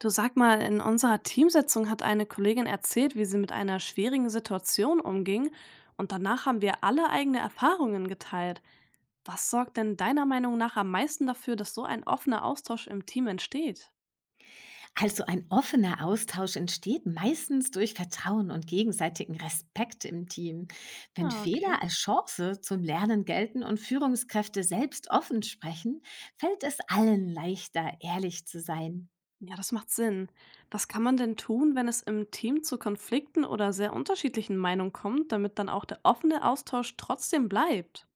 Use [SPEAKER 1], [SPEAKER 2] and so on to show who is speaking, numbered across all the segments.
[SPEAKER 1] Du, sag mal, in unserer Teamsitzung hat eine Kollegin erzählt, wie sie mit einer schwierigen Situation umging, und danach haben wir alle eigene Erfahrungen geteilt. Was sorgt denn deiner Meinung nach am meisten dafür, dass so ein offener Austausch im Team entsteht?
[SPEAKER 2] Also ein offener Austausch entsteht meistens durch Vertrauen und gegenseitigen Respekt im Team. Wenn
[SPEAKER 1] Ah, okay.
[SPEAKER 2] Fehler als Chance zum Lernen gelten und Führungskräfte selbst offen sprechen, fällt es allen leichter, ehrlich zu sein.
[SPEAKER 1] Ja, das macht Sinn. Was kann man denn tun, wenn es im Team zu Konflikten oder sehr unterschiedlichen Meinungen kommt, damit dann auch der offene Austausch trotzdem bleibt?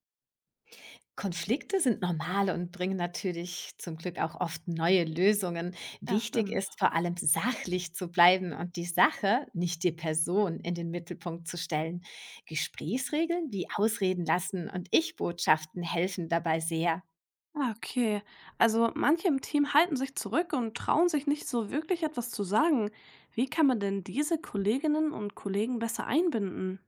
[SPEAKER 2] Konflikte sind normal und bringen natürlich zum Glück auch oft neue Lösungen.
[SPEAKER 1] Ja,
[SPEAKER 2] Wichtig ist
[SPEAKER 1] stimmt.
[SPEAKER 2] vor allem sachlich zu bleiben und die Sache, nicht die Person, in den Mittelpunkt zu stellen. Gesprächsregeln wie Ausreden lassen und Ich-Botschaften helfen dabei sehr.
[SPEAKER 1] Ah, okay. Also manche im Team halten sich zurück und trauen sich nicht so wirklich etwas zu sagen. Wie kann man denn diese Kolleginnen und Kollegen besser einbinden?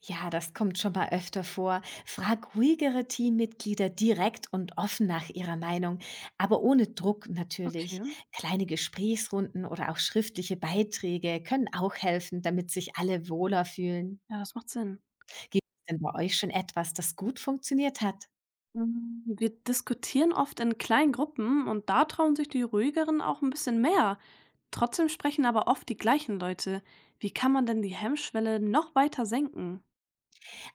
[SPEAKER 2] Ja, das kommt schon mal öfter vor. Frag ruhigere Teammitglieder direkt und offen nach ihrer Meinung, aber ohne Druck
[SPEAKER 1] Okay,
[SPEAKER 2] natürlich. Kleine Gesprächsrunden oder auch schriftliche Beiträge können auch helfen, damit sich alle wohler fühlen.
[SPEAKER 1] ja, das macht Sinn.
[SPEAKER 2] Gibt es denn bei euch schon etwas, das gut funktioniert hat?
[SPEAKER 1] Mm, wir diskutieren oft in kleinen Gruppen, und da trauen sich die ruhigeren auch ein bisschen mehr. Trotzdem sprechen aber oft die gleichen Leute. Wie kann man denn die Hemmschwelle noch weiter senken?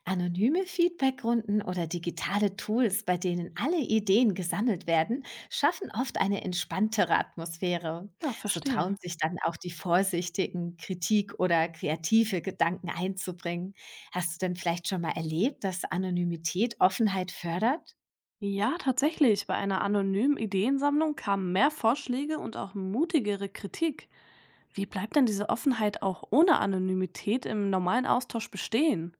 [SPEAKER 2] Anonyme Feedbackrunden oder digitale Tools, bei denen alle Ideen gesammelt werden, schaffen oft eine entspanntere Atmosphäre.
[SPEAKER 1] Ja,
[SPEAKER 2] So
[SPEAKER 1] verstehe.
[SPEAKER 2] trauen sich dann auch die Vorsichtigen, Kritik oder kreative Gedanken einzubringen. Hast du denn vielleicht schon mal erlebt, dass Anonymität Offenheit fördert?
[SPEAKER 1] Ja, tatsächlich. Bei einer anonymen Ideensammlung kamen mehr Vorschläge und auch mutigere Kritik. Wie bleibt denn diese Offenheit auch ohne Anonymität im normalen Austausch bestehen?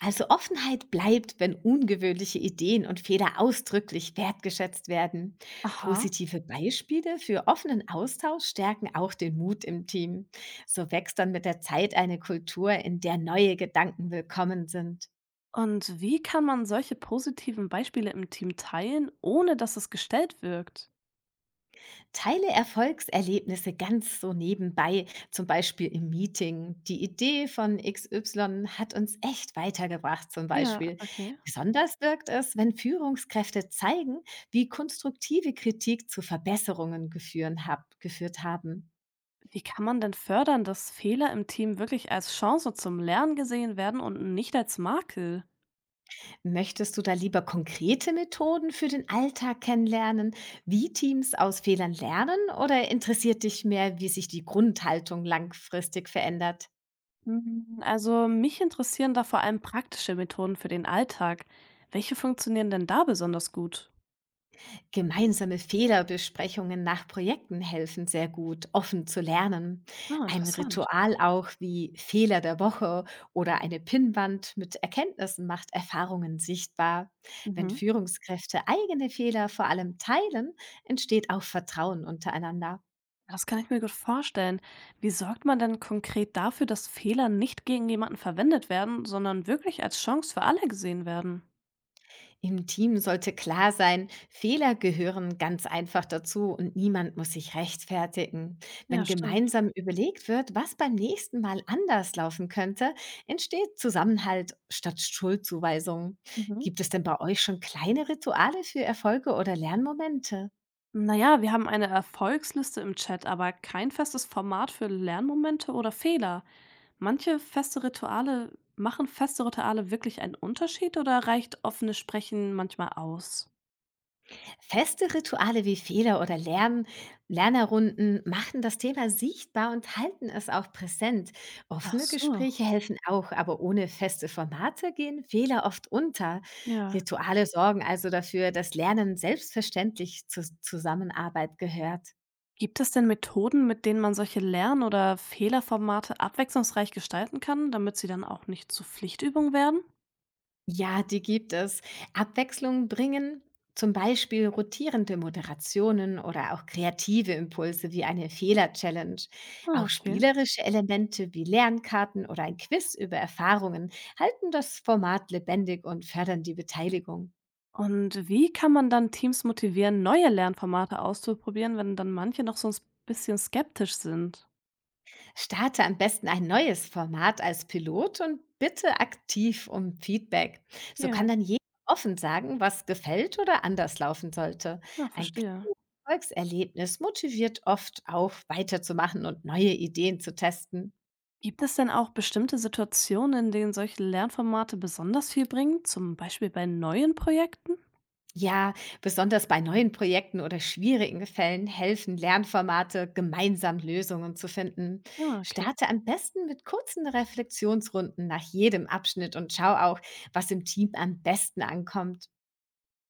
[SPEAKER 2] Also Offenheit bleibt, wenn ungewöhnliche Ideen und Fehler ausdrücklich wertgeschätzt werden.
[SPEAKER 1] Aha.
[SPEAKER 2] Positive Beispiele für offenen Austausch stärken auch den Mut im Team. So wächst dann mit der Zeit eine Kultur, in der neue Gedanken willkommen sind.
[SPEAKER 1] Und wie kann man solche positiven Beispiele im Team teilen, ohne dass es gestellt wirkt?
[SPEAKER 2] Teile Erfolgserlebnisse ganz so nebenbei, zum Beispiel im Meeting. Die Idee von XY hat uns echt weitergebracht, zum
[SPEAKER 1] Ja,
[SPEAKER 2] Beispiel.
[SPEAKER 1] okay.
[SPEAKER 2] Besonders wirkt es, wenn Führungskräfte zeigen, wie konstruktive Kritik zu Verbesserungen geführt haben.
[SPEAKER 1] Wie kann man denn fördern, dass Fehler im Team wirklich als Chance zum Lernen gesehen werden und nicht als Makel?
[SPEAKER 2] Möchtest du da lieber konkrete Methoden für den Alltag kennenlernen, wie Teams aus Fehlern lernen, oder interessiert dich mehr, wie sich die Grundhaltung langfristig verändert?
[SPEAKER 1] Hm, also mich interessieren da vor allem praktische Methoden für den Alltag. Welche funktionieren denn da besonders gut?
[SPEAKER 2] Gemeinsame Fehlerbesprechungen nach Projekten helfen sehr gut, offen zu lernen.
[SPEAKER 1] Ah,
[SPEAKER 2] Ein
[SPEAKER 1] interessant.
[SPEAKER 2] Ritual auch wie Fehler der Woche oder eine Pinnwand mit Erkenntnissen macht Erfahrungen sichtbar. Wenn
[SPEAKER 1] Mhm.
[SPEAKER 2] Führungskräfte eigene Fehler vor allem teilen, entsteht auch Vertrauen untereinander.
[SPEAKER 1] Das kann ich mir gut vorstellen. Wie sorgt man denn konkret dafür, dass Fehler nicht gegen jemanden verwendet werden, sondern wirklich als Chance für alle gesehen werden?
[SPEAKER 2] Im Team sollte klar sein, Fehler gehören ganz einfach dazu und niemand muss sich rechtfertigen.
[SPEAKER 1] Ja,
[SPEAKER 2] Wenn
[SPEAKER 1] stimmt.
[SPEAKER 2] gemeinsam überlegt wird, was beim nächsten Mal anders laufen könnte, entsteht Zusammenhalt statt Schuldzuweisung.
[SPEAKER 1] Mhm.
[SPEAKER 2] Gibt es denn bei euch schon kleine Rituale für Erfolge oder Lernmomente?
[SPEAKER 1] Naja, wir haben eine Erfolgsliste im Chat, aber kein festes Format für Lernmomente oder Fehler. Machen feste Rituale wirklich einen Unterschied, oder reicht offenes Sprechen manchmal aus?
[SPEAKER 2] Feste Rituale wie Lernerrunden machen das Thema sichtbar und halten es auch präsent.
[SPEAKER 1] Ach
[SPEAKER 2] Offene
[SPEAKER 1] so,
[SPEAKER 2] Gespräche helfen auch, aber ohne feste Formate gehen Fehler oft unter.
[SPEAKER 1] ja.
[SPEAKER 2] Rituale sorgen also dafür, dass Lernen selbstverständlich zur Zusammenarbeit gehört.
[SPEAKER 1] Gibt es denn Methoden, mit denen man solche Lern- oder Fehlerformate abwechslungsreich gestalten kann, damit sie dann auch nicht zu Pflichtübung werden?
[SPEAKER 2] Ja, die gibt es. Abwechslung bringen zum Beispiel rotierende Moderationen oder auch kreative Impulse wie eine Fehler-Challenge.
[SPEAKER 1] Ah,
[SPEAKER 2] Auch
[SPEAKER 1] okay.
[SPEAKER 2] spielerische Elemente wie Lernkarten oder ein Quiz über Erfahrungen halten das Format lebendig und fördern die Beteiligung.
[SPEAKER 1] Und wie kann man dann Teams motivieren, neue Lernformate auszuprobieren, wenn dann manche noch so ein bisschen skeptisch sind?
[SPEAKER 2] Starte am besten ein neues Format als Pilot und bitte aktiv um Feedback. So
[SPEAKER 1] Ja,
[SPEAKER 2] kann dann jeder offen sagen, was gefällt oder anders laufen sollte.
[SPEAKER 1] na,
[SPEAKER 2] Ein
[SPEAKER 1] verstehe.
[SPEAKER 2] Erfolgserlebnis motiviert oft auch weiterzumachen und neue Ideen zu testen.
[SPEAKER 1] Gibt es denn auch bestimmte Situationen, in denen solche Lernformate besonders viel bringen, zum Beispiel bei neuen Projekten?
[SPEAKER 2] Ja, besonders bei neuen Projekten oder schwierigen Fällen helfen Lernformate, gemeinsam Lösungen zu finden.
[SPEAKER 1] Ah, okay.
[SPEAKER 2] Starte am besten mit kurzen Reflexionsrunden nach jedem Abschnitt und schau auch, was im Team am besten ankommt.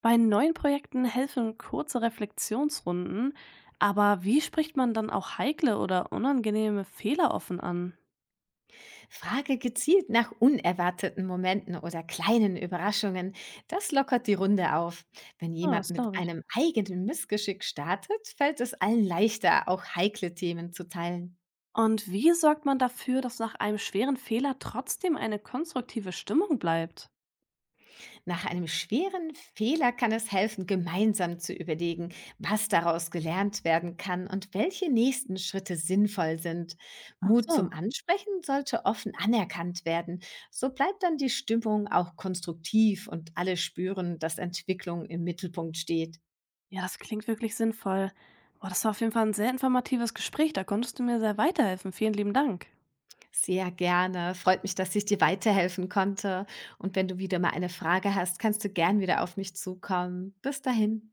[SPEAKER 1] Bei neuen Projekten helfen kurze Reflexionsrunden, aber wie spricht man dann auch heikle oder unangenehme Fehler offen an?
[SPEAKER 2] Frage gezielt nach unerwarteten Momenten oder kleinen Überraschungen. Das lockert die Runde auf. Wenn
[SPEAKER 1] Ah,
[SPEAKER 2] jemand
[SPEAKER 1] das
[SPEAKER 2] mit
[SPEAKER 1] glaube ich.
[SPEAKER 2] einem eigenen Missgeschick startet, fällt es allen leichter, auch heikle Themen zu teilen.
[SPEAKER 1] Und wie sorgt man dafür, dass nach einem schweren Fehler trotzdem eine konstruktive Stimmung bleibt?
[SPEAKER 2] Nach einem schweren Fehler kann es helfen, gemeinsam zu überlegen, was daraus gelernt werden kann und welche nächsten Schritte sinnvoll sind.
[SPEAKER 1] Ach
[SPEAKER 2] Mut
[SPEAKER 1] so.
[SPEAKER 2] zum Ansprechen sollte offen anerkannt werden. So bleibt dann die Stimmung auch konstruktiv und alle spüren, dass Entwicklung im Mittelpunkt steht.
[SPEAKER 1] Ja, das klingt wirklich sinnvoll. Boah, das war auf jeden Fall ein sehr informatives Gespräch. Da konntest du mir sehr weiterhelfen. Vielen lieben Dank.
[SPEAKER 2] Sehr gerne. Freut mich, dass ich dir weiterhelfen konnte. Und wenn du wieder mal eine Frage hast, kannst du gern wieder auf mich zukommen. Bis dahin.